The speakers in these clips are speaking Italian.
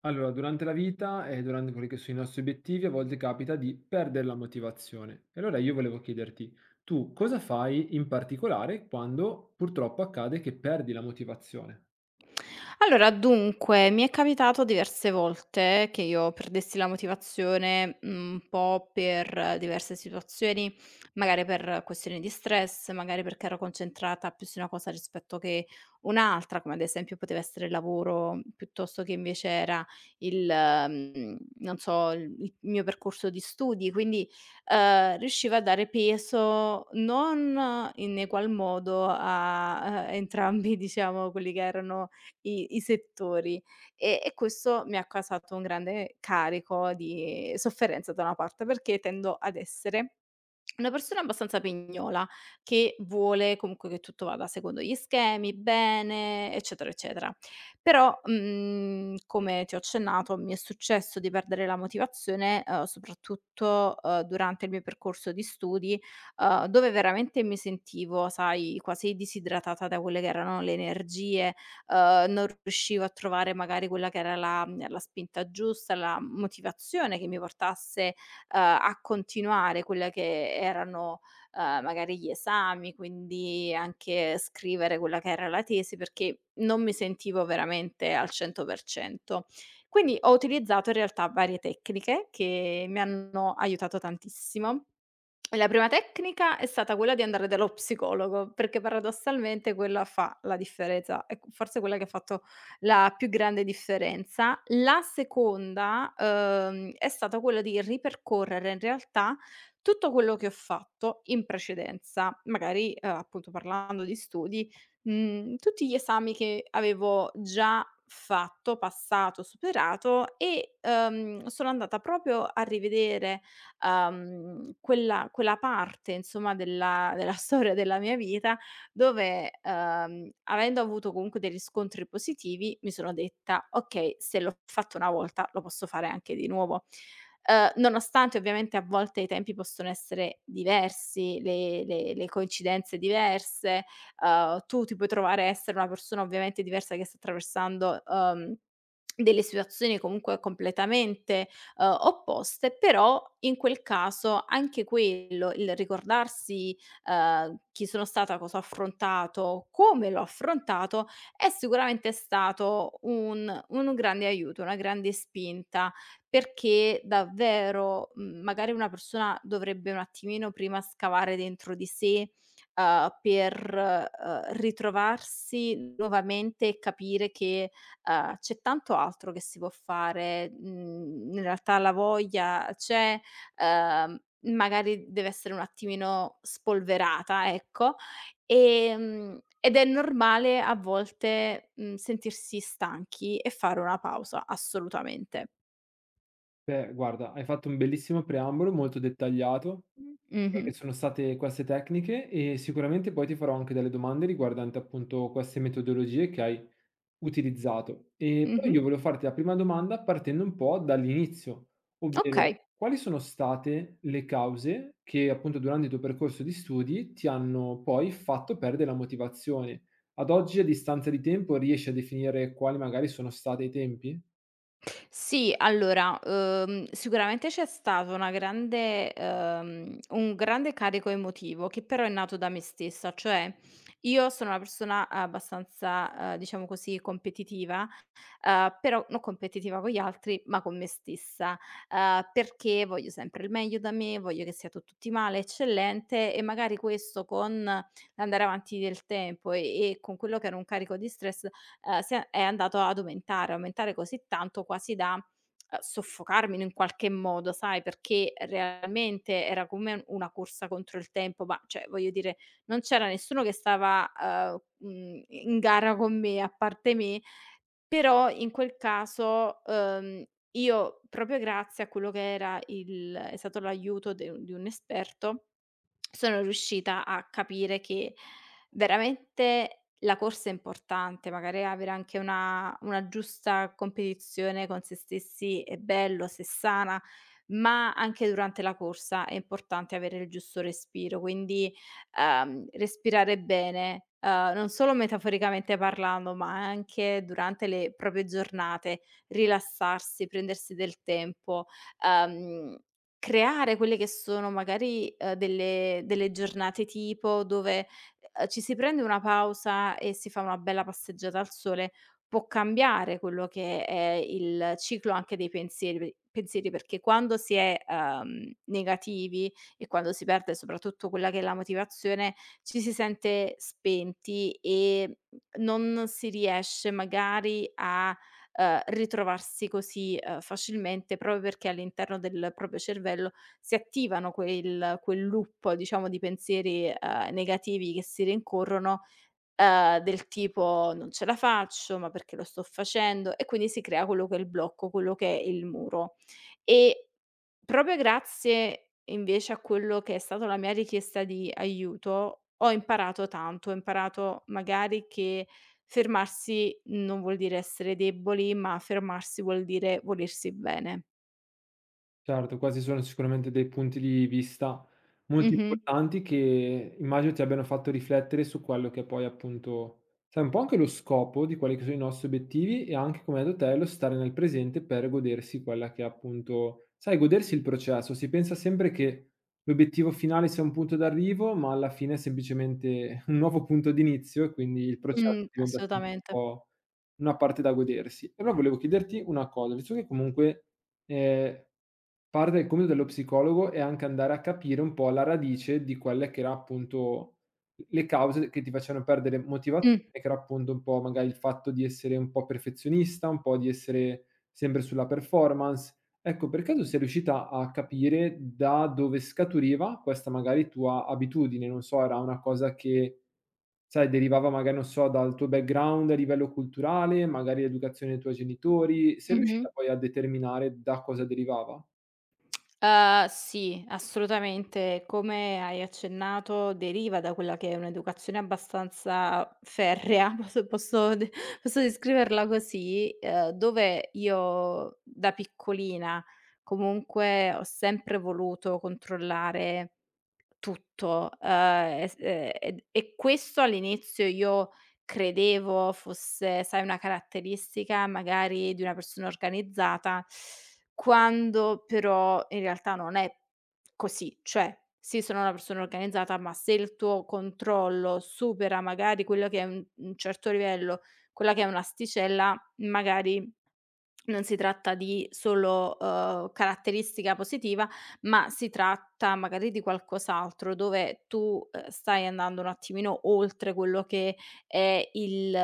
Allora, durante la vita e durante quelli che sono i nostri obiettivi, a volte capita di perdere la motivazione. E allora io volevo chiederti, tu cosa fai in particolare quando purtroppo accade che perdi la motivazione? Allora, dunque, mi è capitato diverse volte che io perdessi la motivazione, un po' per diverse situazioni, magari per questioni di stress, magari perché ero concentrata più su una cosa rispetto che un'altra, come ad esempio poteva essere il lavoro, piuttosto che invece era non so, il mio percorso di studi. Quindi, riuscivo a dare peso non in egual modo a, entrambi, diciamo, quelli che erano i settori. E questo mi ha causato un grande carico di sofferenza da una parte, perché tendo ad essere una persona abbastanza pignola, che vuole comunque che tutto vada secondo gli schemi, bene, eccetera, eccetera. Però, come ti ho accennato, mi è successo di perdere la motivazione, soprattutto, durante il mio percorso di studi, dove veramente mi sentivo, sai, quasi disidratata da quelle che erano le energie, non riuscivo a trovare magari quella che era la spinta giusta, la motivazione che mi portasse a continuare quelle che erano, magari gli esami, quindi anche scrivere quella che era la tesi, perché non mi sentivo veramente al 100%. Quindi ho utilizzato in realtà varie tecniche che mi hanno aiutato tantissimo. La prima tecnica è stata quella di andare dallo psicologo, perché paradossalmente quella fa la differenza, è q forse quella che ha fatto la più grande differenza. La seconda, è stata quella di ripercorrere in realtà tutto quello che ho fatto in precedenza, magari, appunto parlando di studi, tutti gli esami che avevo già fatto, passato, superato e, sono andata proprio a rivedere quella parte insomma della storia della mia vita dove, avendo avuto comunque dei riscontri positivi, mi sono detta: "Okay, se l'ho fatto una volta lo posso fare anche di nuovo". Nonostante ovviamente a volte i tempi possono essere diversi, le coincidenze diverse, tu ti puoi trovare a essere una persona ovviamente diversa che sta attraversando, delle situazioni comunque completamente opposte, però in quel caso anche quello, il ricordarsi, chi sono stata, cosa ho affrontato, come l'ho affrontato, è sicuramente stato un grande aiuto, una grande spinta, perché davvero, magari una persona dovrebbe un attimino prima scavare dentro di sé, per, ritrovarsi nuovamente e capire che c'è tanto altro che si può fare, in realtà la voglia c'è, uhm, magari deve essere un attimino spolverata, ecco, ed è normale a volte, sentirsi stanchi e fare una pausa, assolutamente. Beh, guarda, hai fatto un bellissimo preambolo, molto dettagliato, Mh. quelle Mh-mh, che sono state queste tecniche, e sicuramente poi ti farò anche delle domande riguardanti appunto queste metodologie che hai utilizzato. E poi mh-mh. io volevo farti la prima domanda partendo un po' dall'inizio, ovvero Okay. quali sono state le cause che appunto durante il tuo percorso di studi ti hanno poi fatto perdere la motivazione? Ad oggi, a distanza di tempo, riesci a definire quali magari sono stati i tempi? Sì, allora, sicuramente c'è stato una grande un grande carico emotivo che però è nato da me stessa, cioè io sono una persona abbastanza, diciamo così, competitiva, però non competitiva con gli altri, ma con me stessa, perché voglio sempre il meglio da me, voglio che sia tutto ottimale, eccellente e magari questo con l'andare avanti del tempo e con quello che era un carico di stress si è andato ad aumentare, aumentare così tanto quasi da, soffocarmi in un qualche modo, sai, perché realmente era come una corsa contro il tempo, ma cioè, voglio dire, non c'era nessuno che stava, in gara con me, a parte me, però in quel caso, io proprio grazie a quello che era il è stato l'aiuto de di un esperto sono riuscita a capire che veramente la corsa è importante, magari avere anche una giusta competizione con se stessi è bello, se sana, ma anche durante la corsa è importante avere il giusto respiro, quindi, respirare bene, non solo metaforicamente parlando, ma anche durante le proprie giornate, rilassarsi, prendersi del tempo. ehm Creare quelle che sono magari, delle giornate tipo dove, ci si prende una pausa e si fa una bella passeggiata al sole, può cambiare quello che è il ciclo anche dei pensieri, perché quando si è, negativi e quando si perde soprattutto quella che è la motivazione, ci si sente spenti e non si riesce magari a ritrovarsi così, facilmente, proprio perché all'interno del proprio cervello si attivano quel loop, diciamo, di pensieri, negativi che si rincorrono. Del tipo: "Non ce la faccio, ma perché lo sto facendo?" E quindi si crea quello che è il blocco, quello che è il muro. E proprio grazie invece a quello che è stato la mia richiesta di aiuto, ho imparato tanto, ho imparato magari che fermarsi non vuol dire essere deboli, ma fermarsi vuol dire volersi bene. Certo, questi sono sicuramente dei punti di vista molto Mh-mh. importanti, che immagino ti abbiano fatto riflettere su quello che poi appunto, sai, un po' anche lo scopo di quelli che sono i nostri obiettivi, e anche, come hai detto te, lo stare nel presente per godersi quella che è, appunto, sai, godersi il processo. Si pensa sempre che l'obiettivo finale sia un punto d'arrivo, ma alla fine è semplicemente un nuovo punto d'inizio, e quindi il processo diventa sempre un Assolutamente. po' una parte da godersi. Allora volevo chiederti una cosa, visto che comunque, ehm, parte del compito dello psicologo è anche andare a capire un po' la radice di quelle che era appunto le cause che ti facevano perdere motivazione, Mh. che era appunto un po' magari il fatto di essere un po' perfezionista, un po' di essere sempre sulla performance. Ecco, per caso sei riuscita a capire da dove scaturiva questa magari tua abitudine? Non so, era una cosa che, sai, derivava magari, non so, dal tuo background a livello culturale, magari l'educazione dei tuoi genitori. Sei Mh-mh. riuscita poi a determinare da cosa derivava? Sì, assolutamente. Come hai accennato, deriva da quella che è un'educazione abbastanza ferrea, posso descriverla così, dove io da piccolina comunque ho sempre voluto controllare tutto, e s e ed e questo all'inizio io credevo fosse, sai, una caratteristica magari di una persona organizzata quando però in realtà non è così, cioè sì sono una persona organizzata, ma se il tuo controllo supera magari quello che è un certo livello, quella che è un'asticella, magari non si tratta di solo, caratteristica positiva, ma si tratta magari di qualcos'altro dove tu, stai andando un attimino oltre quello che è il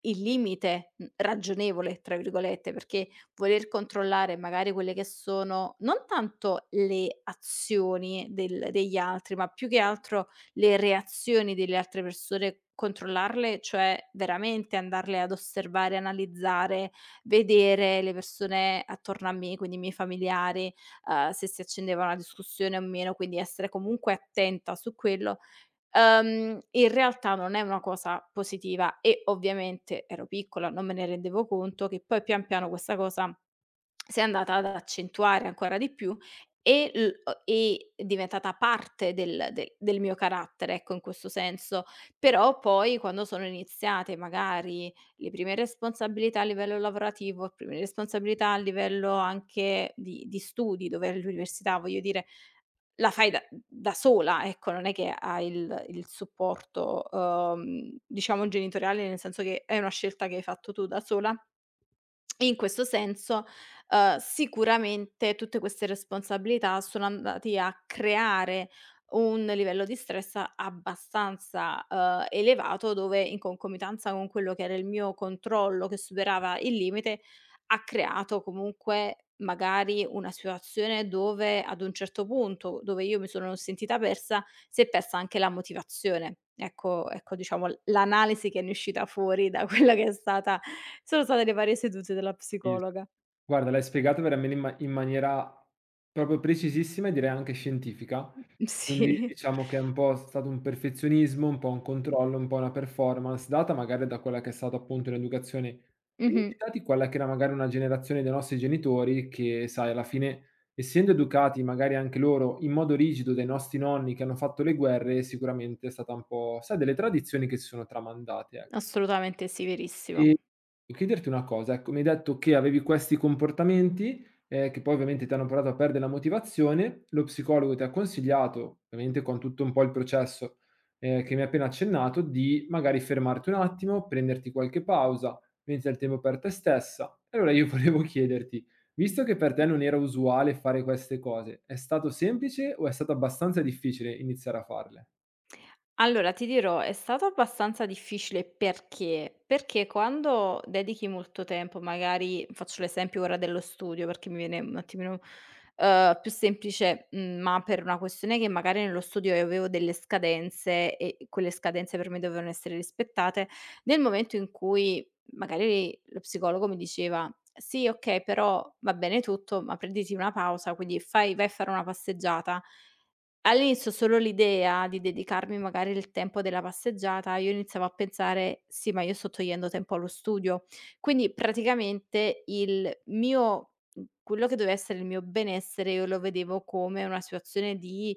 il "limite", "ragionevole" tra virgolette, perché voler controllare magari quelle che sono non tanto le azioni del degli altri, ma più che altro le reazioni delle altre persone, controllarle, cioè veramente andarle ad osservare, analizzare, vedere le persone attorno a me, quindi i miei familiari, se si accendeva una discussione o meno, quindi essere comunque attenta su quello. In realtà non è una cosa positiva e ovviamente ero piccola, non me ne rendevo conto, che poi pian piano questa cosa si è andata ad accentuare ancora di più e l o e è diventata parte del mio carattere, ecco, in questo senso. Però poi quando sono iniziate magari le prime responsabilità a livello lavorativo, le prime responsabilità a livello anche di studi, dove ero all'università, voglio dire la fai da sola, ecco, non è che hai il supporto, diciamo genitoriale, nel senso che è una scelta che hai fatto tu da sola. In questo senso, sicuramente tutte queste responsabilità sono andati a creare un livello di stress abbastanza, elevato dove in concomitanza con quello che era il mio controllo che superava il limite ha creato comunque magari una situazione dove ad un certo punto, dove io mi sono sentita persa, si è persa anche la motivazione. Ecco ecco diciamo l'analisi che ne è uscita fuori da quella che è stata sono state le varie sedute della psicologa. Guarda, l'hai spiegato veramen in ma in maniera proprio precisissima e direi anche scientifica. Quindi sì. diciamo che è un po' stato un perfezionismo, un po' un controllo, un po' una performance data magari da quella che è stata appunto un'educazione Mh-mh, rigida, di quella che era magari una generazione dei nostri genitori che, sai, alla fine, essendo educati magari anche loro in modo rigido dai nostri nonni che hanno fatto le guerre, sicuramente è stata un po', sai, delle tradizioni che si sono tramandate, ec assolutamente sì, verissimo. e chiederti una cosa, ecco, mi hai detto che avevi questi comportamenti, che poi ovviamente ti hanno portato a perdere la motivazione, lo psicologo ti ha consigliato, ovviamente con tutto un po' il processo, che mi hai appena accennato, di magari fermarti un attimo, prenderti qualche pausa, prenderti del tempo per te stessa. E allora io volevo chiederti, visto che per te non era usuale fare queste cose, è stato semplice o è stato abbastanza difficile iniziare a farle? Allora, ti dirò, è stato abbastanza difficile perché? Perché quando dedichi molto tempo, magari faccio l'esempio ora dello studio perché mi viene un attimino più semplice, ma per una questione che magari nello studio io avevo delle scadenze e quelle scadenze per me dovevano essere rispettate, nel momento in cui magari lo psicologo mi diceva sì, ok, però va bene tutto, ma prenditi una pausa, quindi vai a fare una passeggiata. All'inizio solo l'idea di dedicarmi magari il tempo della passeggiata, io iniziavo a pensare: "Sì, ma io sto togliendo tempo allo studio". Quindi praticamente quello che doveva essere il mio benessere io lo vedevo come una situazione di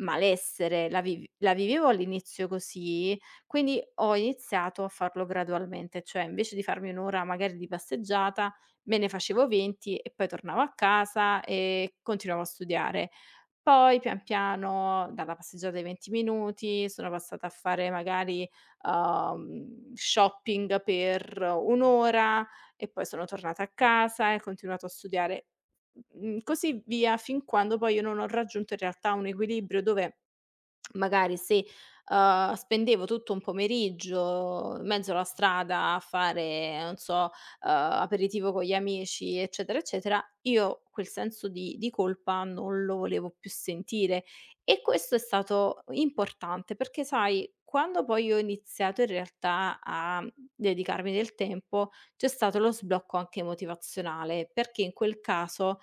malessere, la vivevo all'inizio così, quindi ho iniziato a farlo gradualmente, cioè invece di farmi 1 ora magari di passeggiata, me ne facevo 20 e poi tornavo a casa e continuavo a studiare. Poi pian piano, dalla passeggiata di 20 minuti, sono passata a fare magari, shopping per 1 ora e poi sono tornata a casa e ho continuato a studiare. Così via, fin quando poi io non ho raggiunto in realtà un equilibrio dove magari se, spendevo tutto un pomeriggio in mezzo alla strada a fare, non so, aperitivo con gli amici, eccetera, eccetera, io quel senso di colpa non lo volevo più sentire. E questo è stato importante perché, sai, quando poi ho iniziato in realtà a dedicarmi del tempo, c'è stato lo sblocco anche motivazionale, perché in quel caso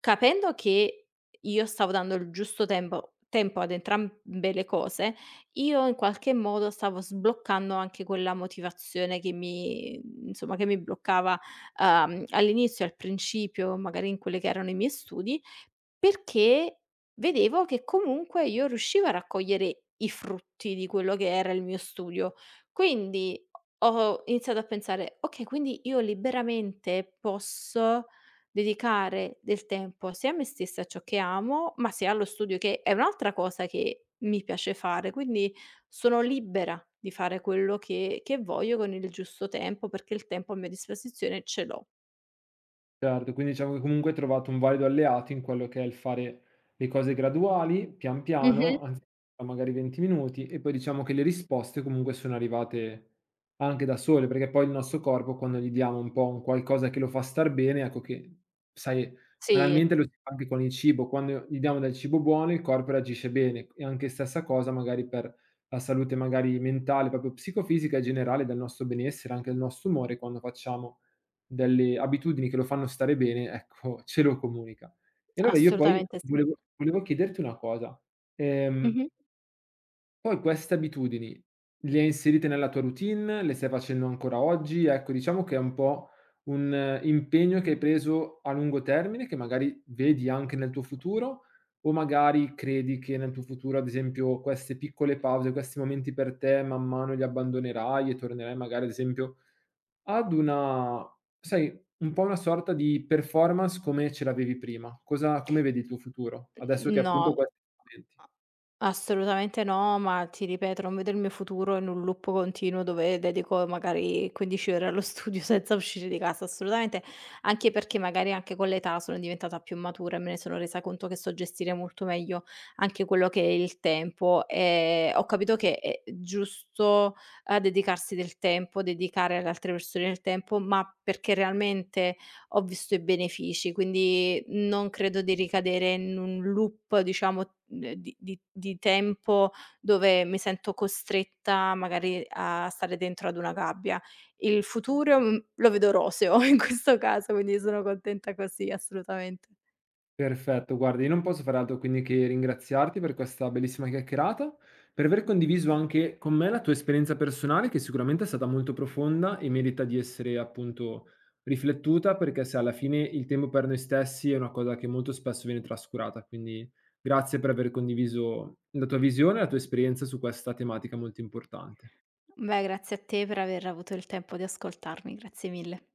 capendo che io stavo dando il giusto tempo ad entrambe le cose, io in qualche modo stavo sbloccando anche quella motivazione che mi insomma, che mi bloccava, all'inizio, al principio, magari in quelli che erano i miei studi perché vedevo che comunque io riuscivo a raccogliere i frutti di quello che era il mio studio. Quindi ho iniziato a pensare: "Okay, quindi io liberamente posso dedicare del tempo sia a me stessa, a ciò che amo, ma sia allo studio", che è un'altra cosa che mi piace fare, quindi sono libera di fare quello che voglio con il giusto tempo, perché il tempo a mia disposizione ce l'ho. Certo, quindi diciamo che comunque hai trovato un valido alleato in quello che è il fare le cose graduali, pian Mh-mh. piano, anziché magari 20 minuti, e poi diciamo che le risposte comunque sono arrivate anche da sole, perché poi il nostro corpo, quando gli diamo un po' un qualcosa che lo fa star bene, ecco che, sai, Sì, banalmente lo si fa anche con il cibo: quando gli diamo del cibo buono il corpo reagisce bene, e anche stessa cosa magari per la salute magari mentale, proprio psicofisica e generale, del nostro benessere, anche del nostro umore, quando facciamo delle abitudini che lo fanno stare bene, ecco, ce lo comunica. E allora io poi assolutamente sì. volevo chiederti una cosa: ehm, Mh-mh. poi queste abitudini le hai inserite nella tua routine? Le stai facendo ancora oggi? Ecco, diciamo che è un po' un impegno che hai preso a lungo termine, che magari vedi anche nel tuo futuro, o magari credi che nel tuo futuro, ad esempio, queste piccole pause, questi momenti per te, man mano li abbandonerai e tornerai magari, ad esempio, ad una, sai, un po' una sorta di performance come ce l'avevi prima. Cosa, come vedi il tuo futuro? Adesso che No, appunto questi strumenti. a assolutamente no, ma ti ripeto, non vedo il mio futuro in un loop continuo dove dedico magari 15 ore allo studio senza uscire di casa, assolutamente, anche perché magari anche con l'età sono diventata più matura e me ne sono resa conto che so gestire molto meglio anche quello che è il tempo. Ho capito che è giusto, dedicarsi del tempo, dedicare alle altre persone del tempo, ma perché realmente ho visto i benefici, quindi non credo di ricadere in un loop, diciamo, di tempo dove mi sento costretta magari a stare dentro ad una gabbia. Il futuro, lo vedo roseo in questo caso, quindi sono contenta così, assolutamente. Perfetto, guarda, io non posso fare altro quindi che ringraziarti per questa bellissima chiacchierata, per aver condiviso anche con me la tua esperienza personale, che sicuramente è stata molto profonda e merita di essere appunto riflettuta, perché se alla fine il tempo per noi stessi è una cosa che molto spesso viene trascurata. Quindi grazie per aver condiviso la tua visione e la tua esperienza su questa tematica molto importante. Beh, grazie a te per aver avuto il tempo di ascoltarmi, grazie mille.